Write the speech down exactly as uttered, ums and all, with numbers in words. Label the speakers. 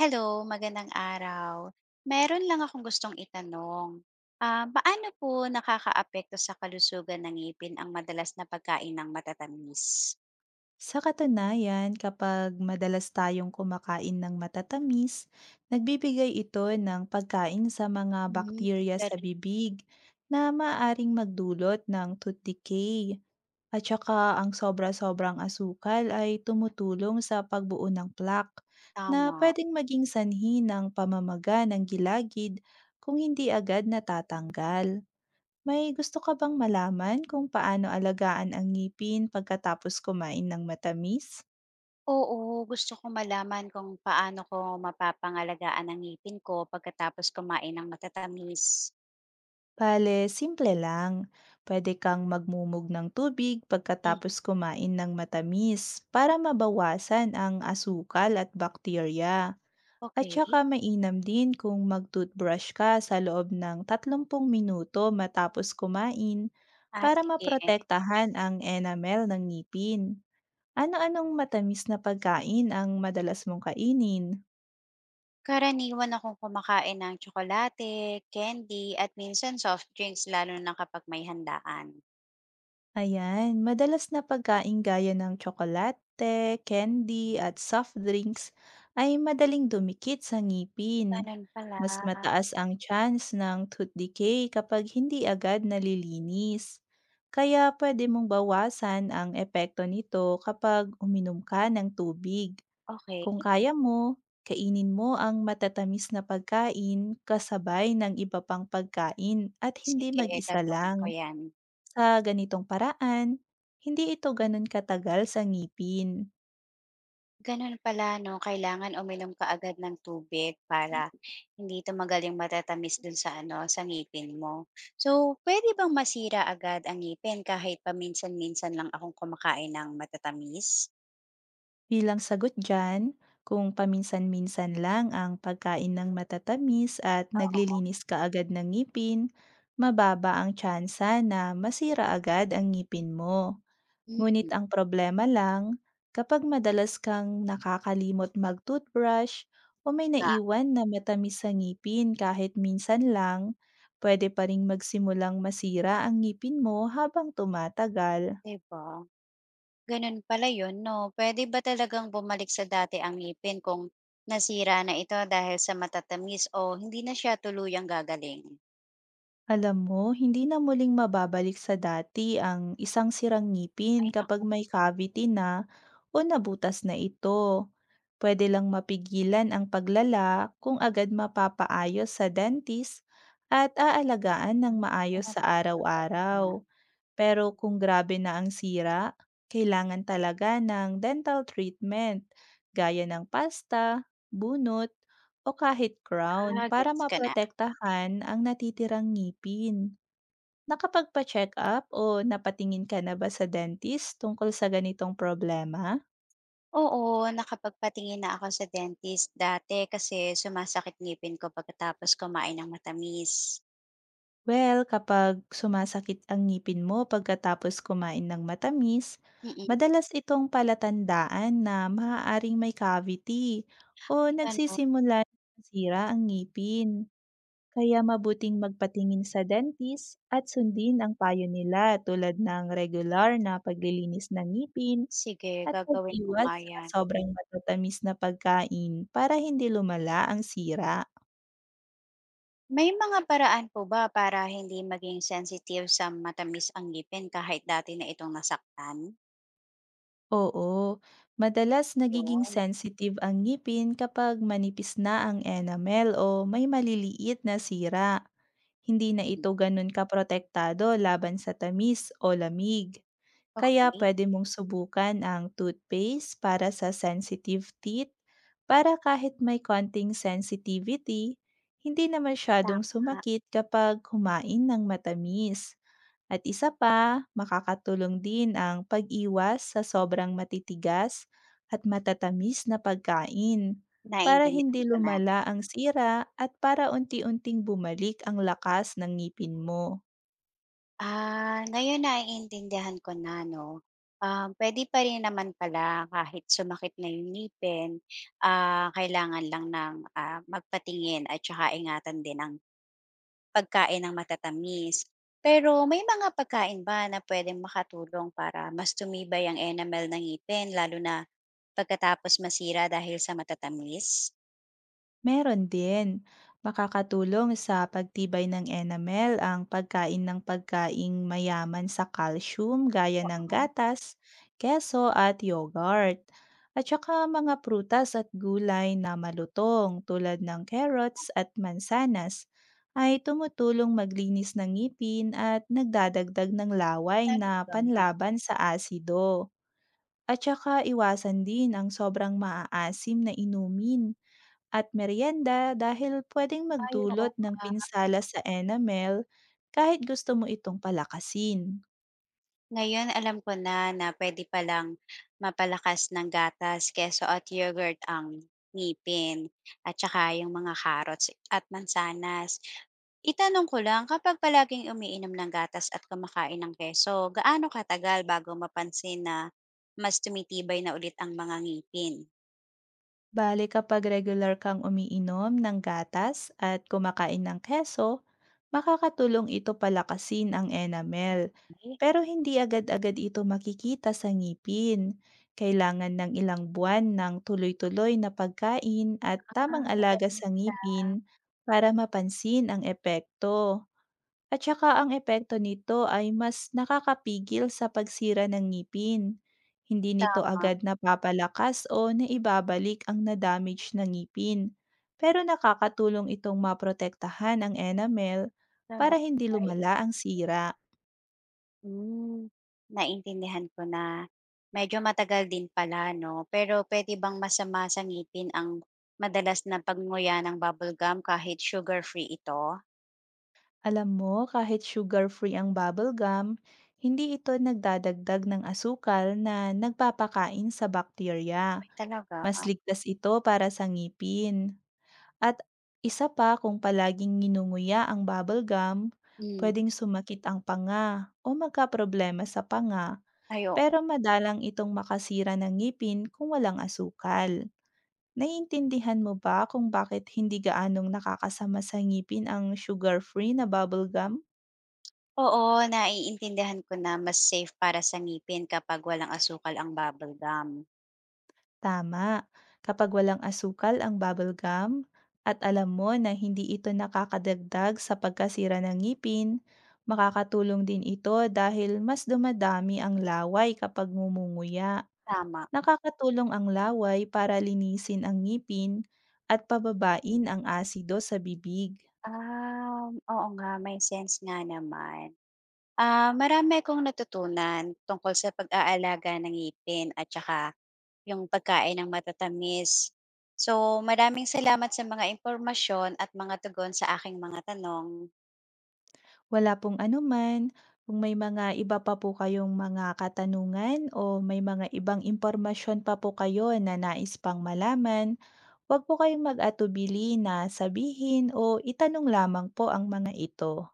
Speaker 1: Hello, magandang araw. Meron lang akong gustong itanong. Ah, paano po nakakaapekto sa kalusugan ng ngipin ang madalas na pagkain ng matatamis?
Speaker 2: Sa katunayan, kapag madalas tayong kumakain ng matatamis, nagbibigay ito ng pagkain sa mga
Speaker 1: Mm.
Speaker 2: bakterya sa
Speaker 1: Ganun.
Speaker 2: bibig na maaaring magdulot ng tooth decay. At saka ang sobra-sobrang asukal ay tumutulong sa pagbuo ng plaque na
Speaker 1: Tama.
Speaker 2: pwedeng maging sanhi ng pamamaga ng gilagid kung hindi agad natatanggal. May gusto ka bang malaman kung paano alagaan ang ngipin pagkatapos kumain ng matamis?
Speaker 1: Oo, gusto ko malaman kung paano ko mapapangalagaan ang ngipin ko pagkatapos kumain ng matatamis.
Speaker 2: Bale, simple lang. Pwede kang magmumog ng tubig
Speaker 1: Mm.
Speaker 2: pagkatapos kumain ng matamis para mabawasan ang asukal at bakterya. At
Speaker 1: Okay.
Speaker 2: saka mainam din kung mag-toothbrush ka sa loob ng thirty minuto matapos kumain
Speaker 1: Ah,
Speaker 2: para
Speaker 1: sige.
Speaker 2: maprotektahan ang enamel ng ngipin. Ano-anong matamis na pagkain ang madalas mong kainin?
Speaker 1: Karaniwan akong kumakain ng tsokolate, candy, at minsan soft drinks lalo na kapag may handaan.
Speaker 2: Ayan, madalas na pagkain gaya ng tsokolate, candy at soft drinks ay madaling dumikit sa ngipin.
Speaker 1: Ganun pala.
Speaker 2: Mas mataas ang chance ng tooth decay kapag hindi agad nalilinis. Kaya pwede mong bawasan ang epekto nito kapag uminom ka ng tubig.
Speaker 1: Okay,
Speaker 2: Kung kaya mo, kainin mo ang matatamis na pagkain kasabay ng iba pang pagkain at hindi
Speaker 1: sige,
Speaker 2: mag-isa
Speaker 1: gagawin ko
Speaker 2: lang.
Speaker 1: 'yan.
Speaker 2: Sa ganitong paraan, hindi ito ganun katagal sa ngipin.
Speaker 1: Gano'n pala 'no, kailangan uminom ka agad ng tubig para hindi tumagal yung matatamis dun sa ano, sa ngipin mo. So, pwede bang masira agad ang ngipin kahit paminsan-minsan lang akong kumakain ng matatamis?
Speaker 2: Bilang sagot dyan, kung paminsan-minsan lang ang pagkain ng matatamis at
Speaker 1: Oo,
Speaker 2: naglilinis ka agad ng ngipin, mababa ang tsansa na masira agad ang ngipin mo.
Speaker 1: yun
Speaker 2: Ngunit ang problema lang, kapag madalas kang nakakalimot mag-toothbrush o may
Speaker 1: nga,
Speaker 2: naiwan na matamis sa ngipin kahit minsan lang, pwede pa ring magsimulang masira ang ngipin mo habang tumatagal.
Speaker 1: 'di ba? Gano'n pala 'yun 'no. Pwede ba talagang bumalik sa dati ang ngipin kung nasira na ito dahil sa matatamis o hindi na siya tuluyang gagaling?
Speaker 2: Alam mo, hindi na muling mababalik sa dati ang isang sirang ngipin
Speaker 1: Ay
Speaker 2: kapag
Speaker 1: naku.
Speaker 2: may cavity na o nabutas na ito. Pwede lang mapigilan ang paglala kung agad mapapaayos sa dentist at aalagaan ng
Speaker 1: Hmm.
Speaker 2: maayos sa araw-araw. Pero kung grabe na ang sira, kailangan talaga ng dental treatment gaya ng pasta, bunot, o kahit crown
Speaker 1: Ah,
Speaker 2: para
Speaker 1: gets ko na.
Speaker 2: maprotektahan ang natitirang ngipin. Nakapagpa-check up o napatingin ka na ba sa dentist tungkol sa ganitong problema?
Speaker 1: Oo, nakapagpatingin na ako sa dentist dati kasi sumasakit ngipin ko pagkatapos kumain ng matamis.
Speaker 2: Well, kapag sumasakit ang ngipin mo pagkatapos kumain ng matamis,
Speaker 1: Mm,
Speaker 2: madalas itong palatandaan na maaaring may cavity
Speaker 1: ay
Speaker 2: o
Speaker 1: gano'n.
Speaker 2: nagsisimula na masira ang ngipin. Kaya mabuting magpatingin sa dentist at sundin ang payo nila tulad ng regular na paglilinis ng ngipin
Speaker 1: Sige,
Speaker 2: at
Speaker 1: gagawin ko
Speaker 2: pag-iwas
Speaker 1: nga
Speaker 2: sa
Speaker 1: 'yan.
Speaker 2: sobrang matatamis na pagkain para hindi lumala ang sira.
Speaker 1: May mga paraan po ba para hindi maging sensitive sa matamis ang ngipin kahit dati na itong nasaktan?
Speaker 2: Oo, madalas
Speaker 1: 'Yun,
Speaker 2: nagiging sensitive ang ngipin kapag manipis na ang enamel o may maliliit na sira. Hindi na
Speaker 1: hmm,
Speaker 2: ito ganun kaprotektado laban sa tamis o lamig. Kaya
Speaker 1: okey,
Speaker 2: pwede mong subukan ang toothpaste para sa sensitive teeth para kahit may konting sensitivity, hindi na masyadong
Speaker 1: tama.
Speaker 2: sumakit kapag kumain ng matamis. At isa pa, makakatulong din ang pag-iwas sa sobrang matitigas at matatamis na pagkain para
Speaker 1: Naintindihan
Speaker 2: hindi
Speaker 1: ko na.
Speaker 2: lumala ang sira at para unti-unting bumalik ang lakas ng ngipin mo.
Speaker 1: Ah, ngayon naiintindihan ko na 'no. Um, pwede pa rin naman pala kahit sumakit na yung ngipin, ah, kailangan lang ng, ah, magpatingin at tsaka ingatan din ang pagkain ng matatamis. Pero may mga pagkain ba na puwedeng makatulong para mas tumibay ang enamel ng ngipin lalo na pagkatapos masira dahil sa matatamis?
Speaker 2: Meron din. Makakatulong sa pagtibay ng enamel ang pagkain ng pagkaing mayaman sa calcium gaya ng
Speaker 1: Oo,
Speaker 2: gatas, keso at yogurt. At saka mga prutas at gulay na malutong tulad ng carrots at mansanas ay tumutulong maglinis ng ngipin at nagdadagdag ng laway na
Speaker 1: talaga?
Speaker 2: panlaban sa asido. At saka iwasan din ang sobrang maaasim na inumin at merienda dahil pwedeng
Speaker 1: Ay, oo
Speaker 2: magdulot ng
Speaker 1: nga.
Speaker 2: pinsala sa enamel kahit gusto mo itong palakasin.
Speaker 1: Ngayon alam ko na, na puwede palang mapalakas ng gatas, keso at yogurt ang ngipin at saka yung mga carrots at mansanas. Itanong ko lang, kapag palaging umiinom ng gatas at kumakain ng keso, gaano katagal bago mapansin na mas tumitibay na ulit ang mga ngipin?
Speaker 2: Bale kapag regular kang umiinom ng gatas at kumakain ng keso, makakatulong ito palakasin ang enamel.
Speaker 1: Ay,
Speaker 2: Pero hindi agad-agad ito makikita sa ngipin. Kailangan ng ilang buwan ng tuloy-tuloy na pagkain at
Speaker 1: ah,
Speaker 2: tamang alaga
Speaker 1: ganun
Speaker 2: sa
Speaker 1: pala.
Speaker 2: ngipin para mapansin ang epekto. At saka ang epekto nito ay mas nakakapigil sa pagsira ng ngipin. Hindi nito
Speaker 1: Tama.
Speaker 2: agad napapalakas o naibabalik ang na-damage na ngipin. Pero nakakatulong itong maprotektahan ang enamel para hindi
Speaker 1: Sabay.
Speaker 2: lumala ang sira.
Speaker 1: Hmm, naintindihan ko na. Medyo matagal din pala 'no, pero puwede bang masama sa ngipin ang madalas na pagnguya ng bubble gum kahit sugar-free ito?
Speaker 2: Alam mo, kahit sugar-free ang bubble gum, hindi ito nagdadagdag ng asukal na nagpapakain sa bakterya.
Speaker 1: Ay talaga.
Speaker 2: Mas ligtas ito para sa ngipin. At isa pa, kung palaging nginunguya ang bubble gum,
Speaker 1: Hmm,
Speaker 2: pwedeng sumakit ang panga o magkaproblema sa panga,
Speaker 1: ay oo,
Speaker 2: pero madalang itong makasira ng ngipin kung walang asukal. Naiintindihan mo ba kung bakit hindi gaanong nakakasama sa ngipin ang sugar-free na bubble gum?
Speaker 1: oo, naiintindihan ko na mas safe para sa ngipin kapag walang asukal ang bubble gum,
Speaker 2: Tama. Kapag walang asukal ang bubble gum at alam mo na hindi ito nakakadagdag sa pagkasira ng ngipin, makakatulong din ito dahil mas dumadami ang laway kapag ngumunguya.
Speaker 1: tama.
Speaker 2: Nakakatulong ang laway para linisin ang ngipin at pababain ang asido sa bibig.
Speaker 1: Um, oo nga, may sense nga naman. Ah, marami akong natutunan tungkol sa pag-aalaga ng ngipin at saka yung pagkain ng matatamis. So, maraming salamat sa mga impormasyon at mga tugon sa aking mga tanong.
Speaker 2: Wala pong anuman. Kung may mga iba pa po kayong mga katanungan o may mga ibang impormasyon pa po kayo na nais pang malaman, huwag po kayong mag-atubili na sabihin o itanong lamang po ang mga ito.